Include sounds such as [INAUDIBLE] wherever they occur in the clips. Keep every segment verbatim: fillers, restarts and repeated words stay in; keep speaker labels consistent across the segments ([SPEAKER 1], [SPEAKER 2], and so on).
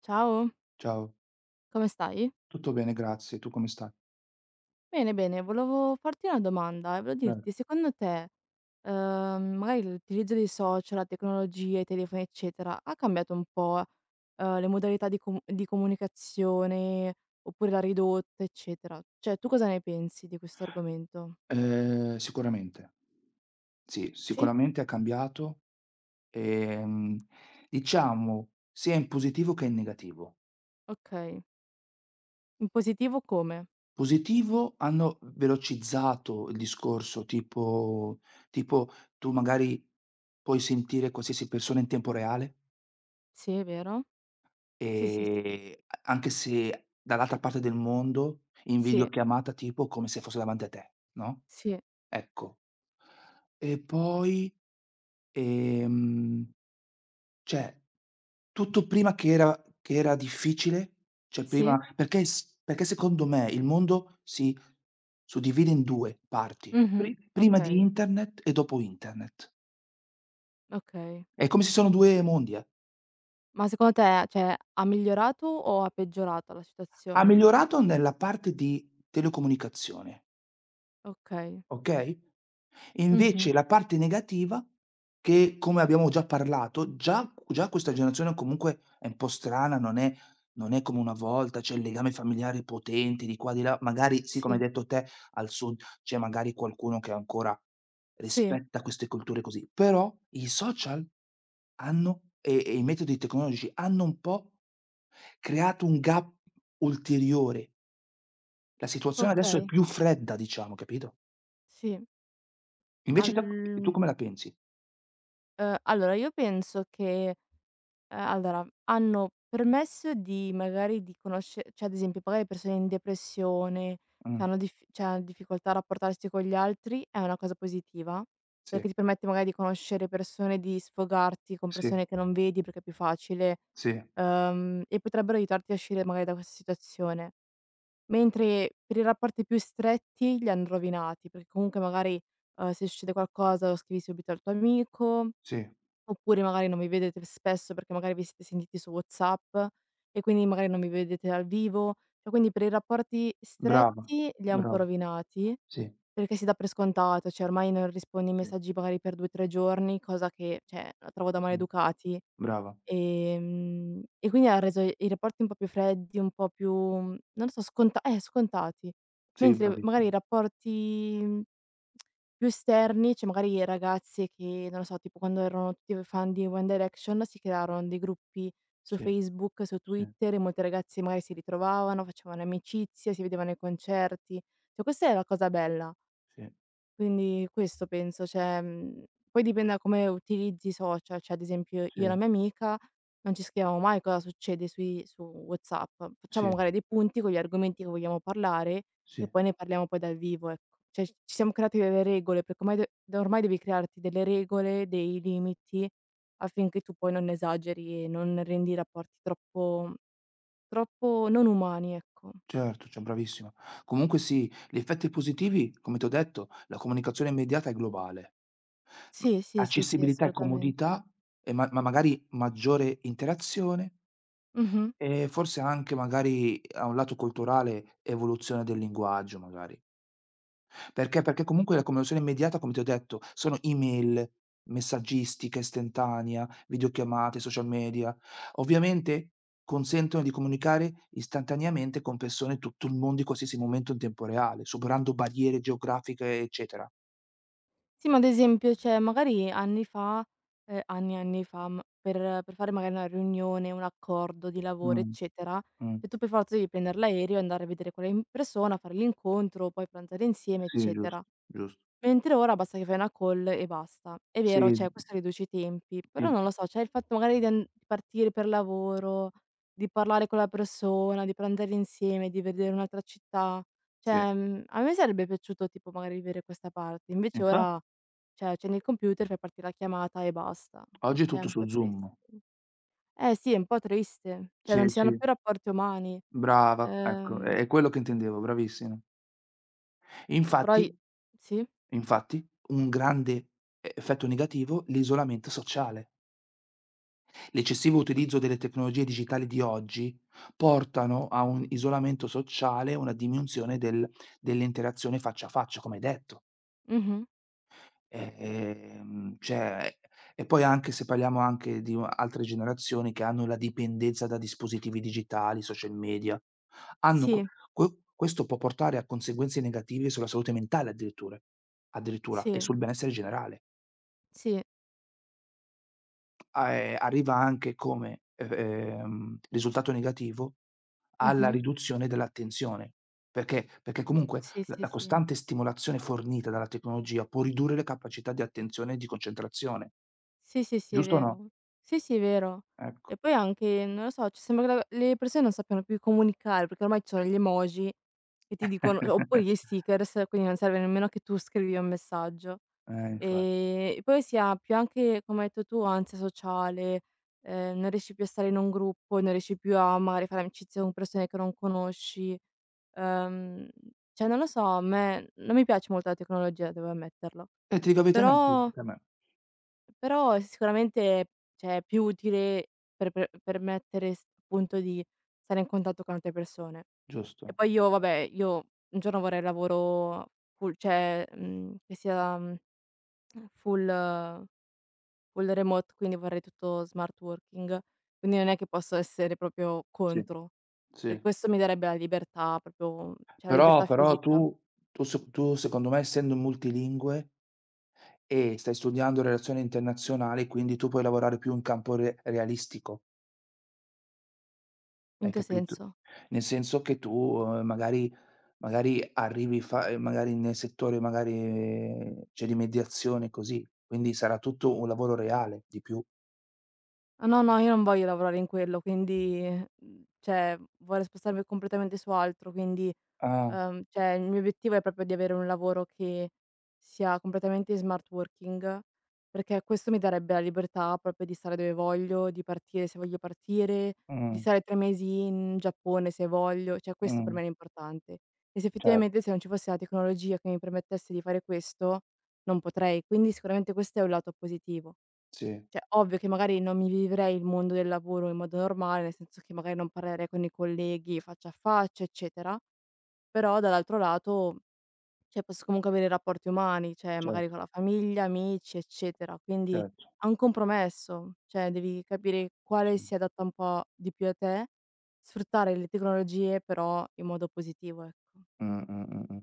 [SPEAKER 1] Ciao,
[SPEAKER 2] Ciao,
[SPEAKER 1] come stai?
[SPEAKER 2] tutto bene grazie, tu come stai?
[SPEAKER 1] Bene, bene, volevo farti una domanda e volevo
[SPEAKER 2] Certo.
[SPEAKER 1] dirti, secondo te, ehm, magari l'utilizzo dei social, la tecnologia, i telefoni, eccetera, ha cambiato un po', eh, le modalità di, com- di comunicazione oppure l'ha ridotta, eccetera? Cioè, tu cosa ne pensi di questo argomento?
[SPEAKER 2] Ehm, sicuramente. Sì,
[SPEAKER 1] Sì?
[SPEAKER 2] sicuramente ha cambiato, ehm, diciamo sia in positivo che in negativo.
[SPEAKER 1] Ok. In positivo come?
[SPEAKER 2] Positivo hanno velocizzato il discorso, tipo tipo tu magari puoi sentire qualsiasi persona in tempo reale,
[SPEAKER 1] Sì, è vero? Sì, sì, sì.
[SPEAKER 2] ehm, a anche se dall'altra parte del mondo, in
[SPEAKER 1] Sì,
[SPEAKER 2] videochiamata tipo come se fosse davanti a te, no,
[SPEAKER 1] sì,
[SPEAKER 2] ecco. E poi Ehm, cioè, tutto prima che era che era difficile, cioè
[SPEAKER 1] sì.
[SPEAKER 2] prima perché s perché secondo me il mondo si suddivide in due parti,
[SPEAKER 1] Mhm.
[SPEAKER 2] pri prima di
[SPEAKER 1] Ok,
[SPEAKER 2] internet e dopo internet.
[SPEAKER 1] ok.
[SPEAKER 2] È come se sono due mondi, eh.
[SPEAKER 1] Ma secondo te, cioè, ha migliorato o ha peggiorato la
[SPEAKER 2] Ha
[SPEAKER 1] situazione?
[SPEAKER 2] migliorato nella parte di telecomunicazione,
[SPEAKER 1] Okay.
[SPEAKER 2] okay? E
[SPEAKER 1] Mh-mh.
[SPEAKER 2] invece la parte negativa che, come abbiamo già parlato, già già questa generazione comunque è un po' strana, non è non è come una volta, c'è il legame familiare potente di qua di là, magari sì, come hai
[SPEAKER 1] Sì,
[SPEAKER 2] detto te, al sud c'è magari qualcuno che ancora
[SPEAKER 1] sì,
[SPEAKER 2] rispetta queste culture così, però i social hanno e e i metodi tecnologici hanno un po' creato un gap ulteriore. La situazione adesso è
[SPEAKER 1] okay,
[SPEAKER 2] più fredda diciamo, capito?
[SPEAKER 1] sì.
[SPEAKER 2] Invece
[SPEAKER 1] Al
[SPEAKER 2] te tu
[SPEAKER 1] uhm,
[SPEAKER 2] come la pensi?
[SPEAKER 1] allora io penso che Ehm, allora, hanno permesso di magari di conosce cioè ad esempio magari persone in depressione, che
[SPEAKER 2] Mh,
[SPEAKER 1] hanno dif cioè hanno difficoltà a rapportarsi con gli altri, è una cosa positiva,
[SPEAKER 2] sì.
[SPEAKER 1] perché ti permette magari di conoscere persone, di sfogarti con
[SPEAKER 2] Sì,
[SPEAKER 1] persone che non vedi perché è più facile,
[SPEAKER 2] sì,
[SPEAKER 1] ehm, e potrebbero aiutarti a uscire magari da questa situazione. Mentre per i rapporti più stretti li hanno rovinati, perché comunque magari, ehm, se succede qualcosa lo scrivi subito al tuo amico.
[SPEAKER 2] sì,
[SPEAKER 1] Oppure magari non vi vedete spesso perché magari vi siete sentiti su WhatsApp e quindi magari non vi vedete dal vivo. Cioè quindi per i rapporti
[SPEAKER 2] brava,
[SPEAKER 1] stretti li ha un po'
[SPEAKER 2] brava.
[SPEAKER 1] rovinati,
[SPEAKER 2] Sì,
[SPEAKER 1] perché si dà per scontato, cioè ormai non rispondi ai
[SPEAKER 2] sì,
[SPEAKER 1] messaggi magari per due, tre giorni, cosa che, cioè, la trovo da
[SPEAKER 2] sì,
[SPEAKER 1] maleducati.
[SPEAKER 2] brava.
[SPEAKER 1] Ehm, e quindi ha reso i rapporti un po' più freddi, un po' più, non lo so, sconta eh, scontati.
[SPEAKER 2] Sì,
[SPEAKER 1] Mentre
[SPEAKER 2] bravissima.
[SPEAKER 1] magari i rapporti, mhmm, più esterni, cioè magari ragazze che, non lo so, tipo quando erano tutti fan di One Direction si crearono dei gruppi su
[SPEAKER 2] Sì,
[SPEAKER 1] Facebook, su
[SPEAKER 2] sì,
[SPEAKER 1] Twitter e molte ragazze magari si ritrovavano, facevano amicizia, si vedevano ai concerti. Cioè questa è la cosa bella.
[SPEAKER 2] sì,
[SPEAKER 1] Quindi questo penso, cioè, mhmm, poi dipende da come utilizzi i social, cioè ad esempio
[SPEAKER 2] sì,
[SPEAKER 1] io e la mia amica non ci scriviamo mai cosa succede sui su WhatsApp. Facciamo
[SPEAKER 2] sì,
[SPEAKER 1] magari dei punti con gli argomenti che vogliamo parlare e
[SPEAKER 2] sì,
[SPEAKER 1] poi ne parliamo poi dal vivo, ecco. Cioè, ci siamo creati delle regole, perché ormai de ormai devi crearti delle regole, dei limiti affinché tu poi non esageri e non rendi i rapporti troppo troppo non umani, ecco.
[SPEAKER 2] certo, cioè bravissima. Comunque sì, gli effetti positivi, come t'ho detto, la comunicazione immediata è globale. Mh,
[SPEAKER 1] Sì, sì, sì, sì,
[SPEAKER 2] accessibilità e
[SPEAKER 1] assolutamente.
[SPEAKER 2] comodità e ma ma magari maggiore interazione
[SPEAKER 1] Mh-mh.
[SPEAKER 2] e forse anche magari a un lato culturale, evoluzione del linguaggio magari. Perché? Perché comunque la conversione immediata, come ti ho detto, sono email, messaggistica istantanea, videochiamate, social media. Ovviamente consentono di comunicare istantaneamente con persone in tutto il mondo in qualsiasi momento in tempo reale, superando barriere geografiche, eccetera.
[SPEAKER 1] Sì, ma ad esempio, cioè magari anni fa ehm, anni e anni fa, m per per fare magari una riunione, un accordo di lavoro,
[SPEAKER 2] Mh,
[SPEAKER 1] eccetera,
[SPEAKER 2] mh.
[SPEAKER 1] cioè tu per forza devi prendere l'aereo e andare a vedere quella in persona, fare l'incontro, poi pranzare insieme,
[SPEAKER 2] Sì,
[SPEAKER 1] eccetera.
[SPEAKER 2] giusto, giusto.
[SPEAKER 1] Mentre ora basta che fai una call e basta. È vero,
[SPEAKER 2] Sì,
[SPEAKER 1] cioè questo riduce i tempi, però
[SPEAKER 2] sì,
[SPEAKER 1] non lo so, cioè il fatto magari di an di partire per lavoro, di parlare con la persona, di pranzare insieme, di vedere un'altra città,
[SPEAKER 2] sì.
[SPEAKER 1] cioè, mhmm, a me sarebbe piaciuto tipo magari vivere questa parte, invece
[SPEAKER 2] Infa
[SPEAKER 1] ora, cioè accendi il computer, fai partire la chiamata e basta.
[SPEAKER 2] Oggi è
[SPEAKER 1] Cioè è
[SPEAKER 2] tutto
[SPEAKER 1] un po'
[SPEAKER 2] su
[SPEAKER 1] triste.
[SPEAKER 2] Zoom.
[SPEAKER 1] Eh sì, è un po' triste, cioè
[SPEAKER 2] Sì,
[SPEAKER 1] non ci
[SPEAKER 2] sì,
[SPEAKER 1] siano più rapporti umani.
[SPEAKER 2] brava, ecco,
[SPEAKER 1] Ehm,
[SPEAKER 2] è è quello che intendevo, bravissima.
[SPEAKER 1] però i
[SPEAKER 2] Infatti
[SPEAKER 1] sì.
[SPEAKER 2] E infatti, un grande e effetto negativo è l'isolamento sociale. L'eccessivo utilizzo delle tecnologie digitali di oggi portano a un isolamento sociale, una diminuzione del dell'interazione faccia a faccia, come hai detto.
[SPEAKER 1] Mh-mh.
[SPEAKER 2] E, ehm, cioè e poi anche se parliamo anche di u altre generazioni che hanno la dipendenza da dispositivi digitali, social media, hanno que
[SPEAKER 1] Sì,
[SPEAKER 2] que questo può portare a conseguenze negative sulla salute mentale addiritture addirittura e
[SPEAKER 1] sì,
[SPEAKER 2] sul benessere generale.
[SPEAKER 1] sì.
[SPEAKER 2] A ehm, Arriva anche come, e ehm, risultato negativo alla
[SPEAKER 1] Mh-mh.
[SPEAKER 2] riduzione dell'attenzione. Perché? Perché comunque
[SPEAKER 1] Sì,
[SPEAKER 2] la
[SPEAKER 1] sì,
[SPEAKER 2] la
[SPEAKER 1] sì.
[SPEAKER 2] costante stimolazione fornita dalla tecnologia può ridurre le capacità di attenzione e di concentrazione,
[SPEAKER 1] Sì, sì, sì, è
[SPEAKER 2] giusto o no?
[SPEAKER 1] vero. Sì, sì, è vero.
[SPEAKER 2] Ecco.
[SPEAKER 1] E poi anche, non lo so, cioè sembra che la le persone non sappiano più comunicare, perché ormai ci sono gli emoji che ti dicono oppure gli
[SPEAKER 2] [LAUGHS]
[SPEAKER 1] stickers, quindi non serve nemmeno che tu scrivi un messaggio.
[SPEAKER 2] Eh, infatti.
[SPEAKER 1] Ehm, e poi si ha più anche, come hai detto tu, ansia sociale, ehm, non riesci più a stare in un gruppo, non riesci più a magari fare amicizia con persone che non conosci. Ehm, cioè non lo so, a me non mi piace molto la tecnologia, devo ammetterlo.
[SPEAKER 2] Eh, ti dico la verità neanch'io,
[SPEAKER 1] Però
[SPEAKER 2] anche a me,
[SPEAKER 1] Però è sicuramente, cioè, è più utile per per permettere s appunto di stare in contatto con altre persone. E
[SPEAKER 2] giusto.
[SPEAKER 1] poi io vabbè, io un giorno vorrei lavoro full cioè, mhmm, che sia, mhmm, full eh, full remote, quindi vorrei tutto smart working, quindi non è che posso essere proprio
[SPEAKER 2] Sì,
[SPEAKER 1] contro, perché
[SPEAKER 2] sì.
[SPEAKER 1] questo mi darebbe la libertà proprio cioè la
[SPEAKER 2] Però
[SPEAKER 1] libertà
[SPEAKER 2] però tu
[SPEAKER 1] fisica.
[SPEAKER 2] tu se tu secondo me essendo multilingue e stai studiando relazioni internazionali, quindi tu puoi lavorare più in campo re realistico.
[SPEAKER 1] In
[SPEAKER 2] Hai
[SPEAKER 1] che
[SPEAKER 2] capito?
[SPEAKER 1] senso?
[SPEAKER 2] Nel senso che tu, ehm, magari magari arrivi fa ehm, magari nel settore magari, ehm, c'è di mediazione così, quindi sarà tutto un lavoro reale di più.
[SPEAKER 1] Ah, no, no, io non voglio lavorare in quello, quindi, mhmm, cioè vorrei spostarmi completamente su altro, quindi,
[SPEAKER 2] Ah,
[SPEAKER 1] uhm, cioè il mio obiettivo è proprio di avere un lavoro che sia completamente in smart working, perché questo mi darebbe la libertà proprio di stare dove voglio, di partire se voglio partire, di
[SPEAKER 2] mh,
[SPEAKER 1] stare tre mesi in Giappone se voglio, cioè questo per
[SPEAKER 2] mh,
[SPEAKER 1] me è l'importante. E se
[SPEAKER 2] cer
[SPEAKER 1] effettivamente, se non ci fosse la tecnologia che mi permettesse di fare questo, non potrei, quindi sicuramente questo è un lato positivo.
[SPEAKER 2] sì,
[SPEAKER 1] Cioè, ovvio che magari non mi vivrei il mondo del lavoro in modo normale, nel senso che magari non parlerei con i colleghi faccia a faccia, eccetera, però dall'altro lato, cioè, posso comunque avere rapporti umani, cioè magari
[SPEAKER 2] certo,
[SPEAKER 1] con la famiglia, amici, eccetera. Quindi
[SPEAKER 2] certo,
[SPEAKER 1] è un compromesso, cioè devi capire quale
[SPEAKER 2] sì.
[SPEAKER 1] si adatta un po' di più a te, sfruttare le tecnologie però in modo positivo, ecco.
[SPEAKER 2] Mh, mh, mh, mh.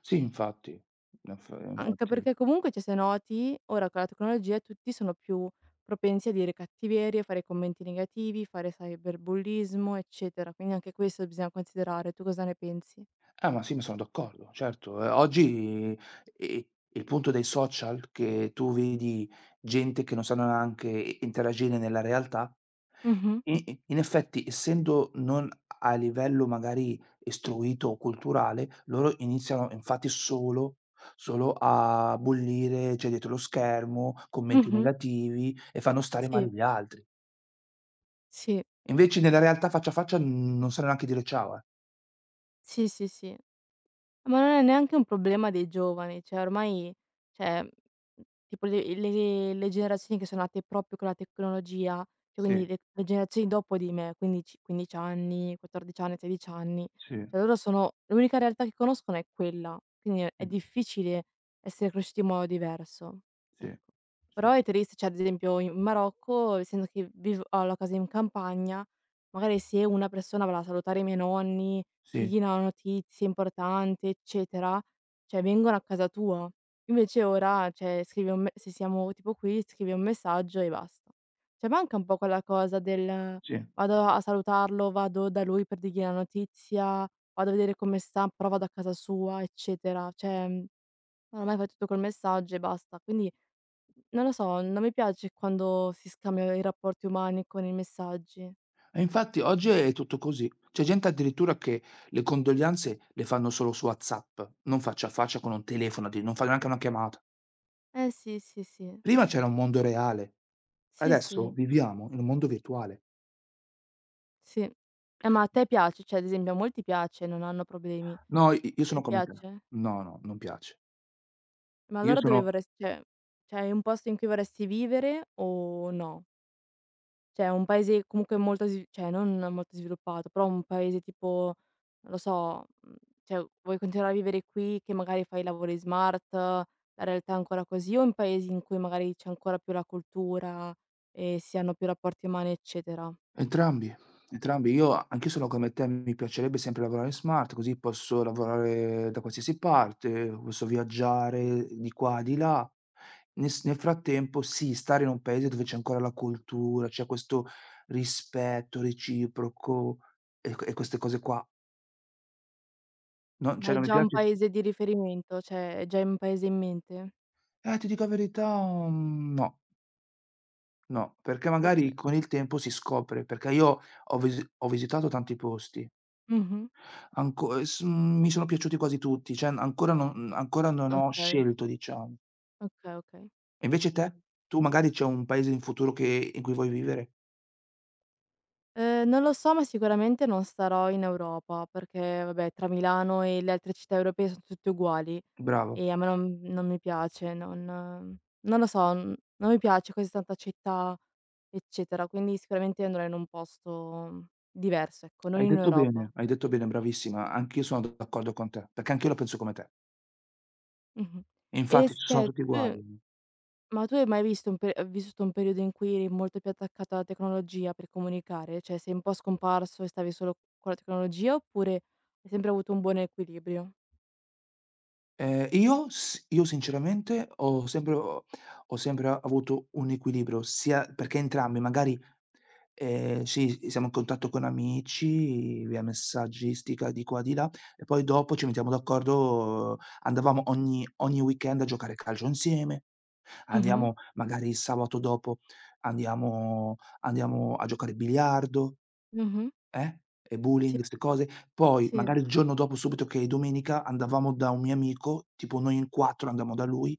[SPEAKER 2] Sì, infatti, inf
[SPEAKER 1] Anche
[SPEAKER 2] infatti.
[SPEAKER 1] perché comunque, cioè, se noti, ora con la tecnologia tutti sono più propensi a dire cattiverie, fare commenti negativi, fare cyberbullismo, eccetera. Quindi anche questo bisogna considerare. Tu cosa ne pensi?
[SPEAKER 2] Ah, ma sì, ma sono d'accordo, certo. Ehm, oggi, i il punto dei social, che tu vedi gente che non sanno neanche i interagire nella realtà,
[SPEAKER 1] Mh-mh,
[SPEAKER 2] i i in effetti, essendo non a livello magari istruito o culturale, loro iniziano infatti solo solo a bollire, cioè dietro lo schermo, commenti
[SPEAKER 1] mh-mh.
[SPEAKER 2] negativi e fanno stare male
[SPEAKER 1] Sì,
[SPEAKER 2] gli altri.
[SPEAKER 1] sì,
[SPEAKER 2] Invece nella realtà faccia a faccia, non sanno neanche dire ciao, eh.
[SPEAKER 1] sì, sì, sì. Ma non è neanche un problema dei giovani, cioè ormai, cioè, mhmm, tipo le le le generazioni che sono nate proprio con la tecnologia, cioè quindi
[SPEAKER 2] Sì,
[SPEAKER 1] le le generazioni dopo di me, quindici 15 anni, quattordici anni, sedici anni,
[SPEAKER 2] sì,
[SPEAKER 1] cioè loro sono l'unica realtà che conoscono è quella, quindi è
[SPEAKER 2] mh,
[SPEAKER 1] difficile essere cresciuti in modo diverso,
[SPEAKER 2] sì,
[SPEAKER 1] ecco.
[SPEAKER 2] sì.
[SPEAKER 1] Però è triste, cioè ad esempio in Marocco, essendo che vivo ho la casa in campagna, magari se una persona va a salutare i miei nonni
[SPEAKER 2] Sì,
[SPEAKER 1] di no, notizie importanti, eccetera, cioè vengono a casa tua. Invece ora, cioè, scrivi un me se siamo tipo qui, scrivi un messaggio e basta. Cioè manca un po' quella cosa del:
[SPEAKER 2] sì.
[SPEAKER 1] "Vado a salutarlo, vado da lui per dirgli la notizia, vado a vedere come sta, però vado a casa sua", eccetera. Cioè, mhmm, ormai fai tutto col messaggio e basta. Quindi, non lo so, non mi piace quando si scambiano i rapporti umani con i messaggi.
[SPEAKER 2] E infatti oggi è tutto così. C'è gente addirittura che le condoglianze le fanno solo su WhatsApp, non faccia a faccia con un telefono, addi non fa neanche una chiamata.
[SPEAKER 1] Eh sì, sì, sì.
[SPEAKER 2] Prima c'era un mondo reale,
[SPEAKER 1] Sì,
[SPEAKER 2] adesso
[SPEAKER 1] sì.
[SPEAKER 2] viviamo in un mondo virtuale.
[SPEAKER 1] Sì. Eh, ma a te piace? Cioè, ad esempio a molti piace, non hanno problemi.
[SPEAKER 2] No, i io
[SPEAKER 1] A te
[SPEAKER 2] sono come te.
[SPEAKER 1] piace?
[SPEAKER 2] No, no, non piace.
[SPEAKER 1] Ma
[SPEAKER 2] Io
[SPEAKER 1] allora dove
[SPEAKER 2] sono
[SPEAKER 1] vorresti cioè cioè è un posto in cui vorresti vivere o no? Cioè un paese comunque molto svi cioè non molto sviluppato, però un paese tipo, non lo so, mhmm, cioè vuoi continuare a vivere qui che magari fai i lavori smart, la realtà è ancora così o in paesi in cui magari c'è ancora più la cultura e si hanno più rapporti umani, eccetera?
[SPEAKER 2] Entrambi, entrambi. Io Anch'io sono come te, mi piacerebbe sempre lavorare in smart, così posso lavorare da qualsiasi parte, posso viaggiare di qua, di là. Nel s nel frattempo sì, stare in un paese dove c'è ancora la cultura, c'è questo rispetto reciproco e q e queste cose qua. Non
[SPEAKER 1] Ma
[SPEAKER 2] Cioè
[SPEAKER 1] è
[SPEAKER 2] non mi
[SPEAKER 1] già un
[SPEAKER 2] piace s
[SPEAKER 1] paese di riferimento? Cioè, è già un paese in mente?
[SPEAKER 2] eh, ti dico la verità, mhmm, no, no, perché
[SPEAKER 1] Okay.
[SPEAKER 2] magari con il tempo si scopre, perché io ho visi ho visitato tanti posti.
[SPEAKER 1] Mh-mh.
[SPEAKER 2] Anco ehm, s mhmm, mi sono piaciuti quasi tutti, cioè ancora non ancora non ho
[SPEAKER 1] Okay,
[SPEAKER 2] scelto diciamo.
[SPEAKER 1] okay, okay.
[SPEAKER 2] E invece te? Tu magari c'è un paese in futuro che in cui vuoi vivere?
[SPEAKER 1] Ehm, non lo so, ma sicuramente non sarò in Europa, perché vabbè tra Milano e le altre città europee son tutte uguali
[SPEAKER 2] Bravo,
[SPEAKER 1] e a me non non mi piace, non non lo so, n non mi piace così tanta città, eccetera, quindi sicuramente andrò in un posto diverso, ecco, non
[SPEAKER 2] hai
[SPEAKER 1] in
[SPEAKER 2] detto
[SPEAKER 1] Europa.
[SPEAKER 2] bene, hai detto bene, bravissima. Anch'io sono d'accordo con te, perché anch'io la penso come te.
[SPEAKER 1] Mh-mh.
[SPEAKER 2] E
[SPEAKER 1] E
[SPEAKER 2] infatti
[SPEAKER 1] s
[SPEAKER 2] ci sono
[SPEAKER 1] cioè
[SPEAKER 2] tutti
[SPEAKER 1] tu
[SPEAKER 2] uguali.
[SPEAKER 1] Ma tu hai mai visto un pe ehm, vissuto un periodo in cui eri molto più attaccato alla tecnologia per comunicare? Cioè, sei un po' scomparso e stavi solo con la tecnologia, oppure hai sempre avuto un buon equilibrio?
[SPEAKER 2] Ehm, io s io sinceramente ho sempre ho ho sempre avuto un equilibrio, sia perché entrambi magari Ehm, sì, siamo in contatto con amici, via messaggistica di qua, di là, e poi dopo ci mettiamo d'accordo andavamo ogni ogni weekend a giocare a calcio insieme,
[SPEAKER 1] Mh-mh.
[SPEAKER 2] andiamo magari il sabato dopo andiamo andiamo a giocare a biliardo,
[SPEAKER 1] Mh-mh.
[SPEAKER 2] eh, e
[SPEAKER 1] Sì,
[SPEAKER 2] bowling, 'ste cose. Poi
[SPEAKER 1] sì.
[SPEAKER 2] magari il giorno dopo subito che è domenica, andavamo da un mio amico, tipo noi in quattro andammo da lui,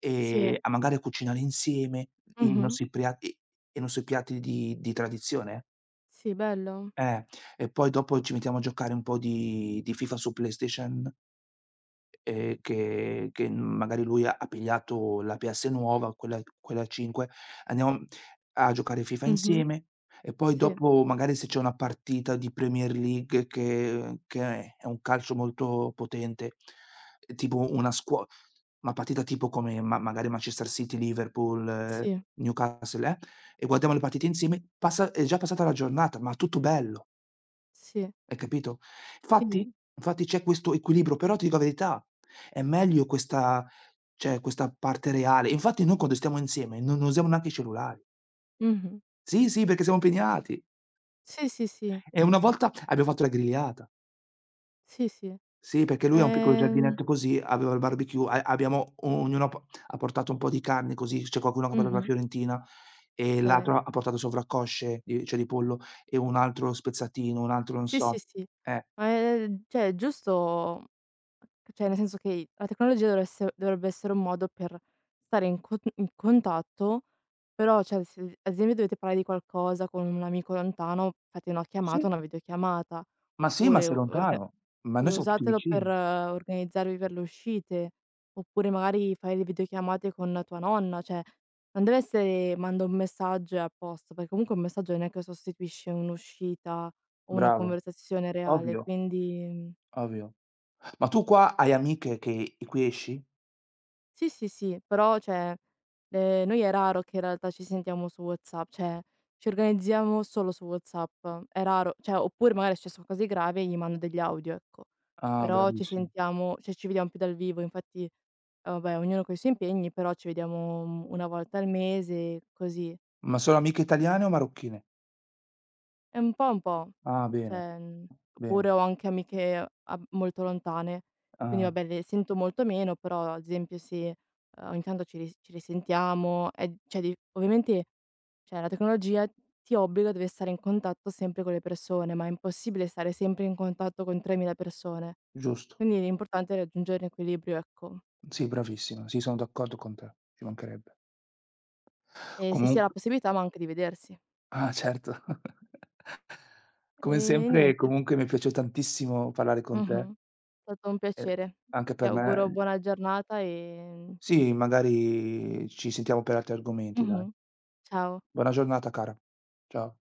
[SPEAKER 2] ehm,
[SPEAKER 1] Sì.
[SPEAKER 2] a magari a cucinare insieme i
[SPEAKER 1] Mh-mh.
[SPEAKER 2] nostri pria i i nostri piatti di di tradizione. Eh.
[SPEAKER 1] Sì, bello.
[SPEAKER 2] Eh, e poi dopo ci mettiamo a giocare un po' di di FIFA su PlayStation, ehm, che che magari lui ha ha pigliato la P S nuova, quella quella cinque, andiamo a giocare FIFA
[SPEAKER 1] Mh-mh.
[SPEAKER 2] insieme e poi
[SPEAKER 1] Sì.
[SPEAKER 2] dopo magari se c'è una partita di Premier League che che è un calcio molto potente, eh, tipo una squo una partita tipo come ma magari Manchester City, Liverpool, eh,
[SPEAKER 1] Sì,
[SPEAKER 2] Newcastle, eh, e guardiamo le partite insieme, passa è già passata la giornata, ma tutto bello.
[SPEAKER 1] sì.
[SPEAKER 2] Hai capito? Infatti
[SPEAKER 1] Sì.
[SPEAKER 2] infatti c'è questo equilibrio, però ti dico la verità, è meglio questa cioè questa parte reale. Infatti noi quando stiamo insieme non usiamo neanche i cellulari.
[SPEAKER 1] Mh-mh.
[SPEAKER 2] Sì, sì, perché siamo impegnati.
[SPEAKER 1] Sì, sì, sì.
[SPEAKER 2] E una volta abbiamo fatto la grigliata.
[SPEAKER 1] Sì, sì.
[SPEAKER 2] Sì, perché lui ha un piccolo
[SPEAKER 1] Ehm,
[SPEAKER 2] giardinetto così, aveva il barbecue, a abbiamo ognuno ha po ha portato un po' di carne così, c'è qualcuno che ha portato la
[SPEAKER 1] mh-mh.
[SPEAKER 2] fiorentina e l'altro
[SPEAKER 1] Okay.
[SPEAKER 2] ha portato sovraccosce di cioè di pollo e un altro spezzatino, un altro non
[SPEAKER 1] Sì, sì,
[SPEAKER 2] so.
[SPEAKER 1] sì.
[SPEAKER 2] Eh,
[SPEAKER 1] Ma è cioè è giusto cioè nel senso che i la tecnologia dovre esse dovrebbe essere un modo per stare in con in contatto, però cioè se ad esempio dovete parlare di qualcosa con un amico lontano, fate una chiamata,
[SPEAKER 2] sì.
[SPEAKER 1] una videochiamata,
[SPEAKER 2] Ma sì, ma
[SPEAKER 1] oppure
[SPEAKER 2] sei
[SPEAKER 1] orga
[SPEAKER 2] lontano, ma noi siamo tutti
[SPEAKER 1] usatelo per
[SPEAKER 2] vicini.
[SPEAKER 1] organizzarvi per le uscite, oppure magari fai le videochiamate con tua nonna, cioè non deve essere manda un messaggio e a posto, perché comunque un messaggio non è che sostituisce un'uscita o una
[SPEAKER 2] Bravo,
[SPEAKER 1] conversazione reale,
[SPEAKER 2] ovvio,
[SPEAKER 1] quindi. mhmm,
[SPEAKER 2] ovvio. Ma tu qua hai amiche che di qui esci?
[SPEAKER 1] Sì, sì, sì, però cioè, ehm, noi è raro che in realtà ci sentiamo su WhatsApp, cioè ci organizziamo solo su WhatsApp. È raro cioè, oppure magari è successo qualcosa di grave e gli mando degli audio, ecco.
[SPEAKER 2] Ah,
[SPEAKER 1] Però ci
[SPEAKER 2] bravissimo.
[SPEAKER 1] sentiamo cioè ci vediamo più dal vivo, infatti, eh, vabbè, ognuno coi suoi impegni, però ci vediamo, mhmm, una volta al mese, così.
[SPEAKER 2] Ma sono amiche italiane o marocchine?
[SPEAKER 1] È un po', un po'.
[SPEAKER 2] Ah, bene,
[SPEAKER 1] Cioè, mhmm, oppure
[SPEAKER 2] bene.
[SPEAKER 1] ho anche amiche a molto lontane, quindi
[SPEAKER 2] Ah,
[SPEAKER 1] vabbè le sento molto meno, però ad esempio se, uhm, ogni tanto ci ris ci risentiamo, è cioè di ovviamente, cioè la tecnologia ti obbliga a dover stare in contatto sempre con le persone, ma è impossibile stare sempre in contatto con tremila persone.
[SPEAKER 2] giusto.
[SPEAKER 1] Quindi l'importante è raggiungere un equilibrio, ecco.
[SPEAKER 2] Sì, bravissima. Sì, sono d'accordo con te, ci mancherebbe.
[SPEAKER 1] E se si ha
[SPEAKER 2] Comunque
[SPEAKER 1] la possibilità, ma anche di vedersi.
[SPEAKER 2] ah, certo. [LAUGHS]
[SPEAKER 1] E
[SPEAKER 2] Come sempre,
[SPEAKER 1] niente.
[SPEAKER 2] comunque mi è piaciuto tantissimo parlare con te
[SPEAKER 1] Mh-mh. È stato un
[SPEAKER 2] e
[SPEAKER 1] piacere.
[SPEAKER 2] anche
[SPEAKER 1] Ti
[SPEAKER 2] per
[SPEAKER 1] auguro
[SPEAKER 2] me.
[SPEAKER 1] buona giornata, ehm
[SPEAKER 2] Sì, magari ci sentiamo per altri argomenti, dai.
[SPEAKER 1] Mh-mh. Ciao.
[SPEAKER 2] Buona giornata cara. Ciao.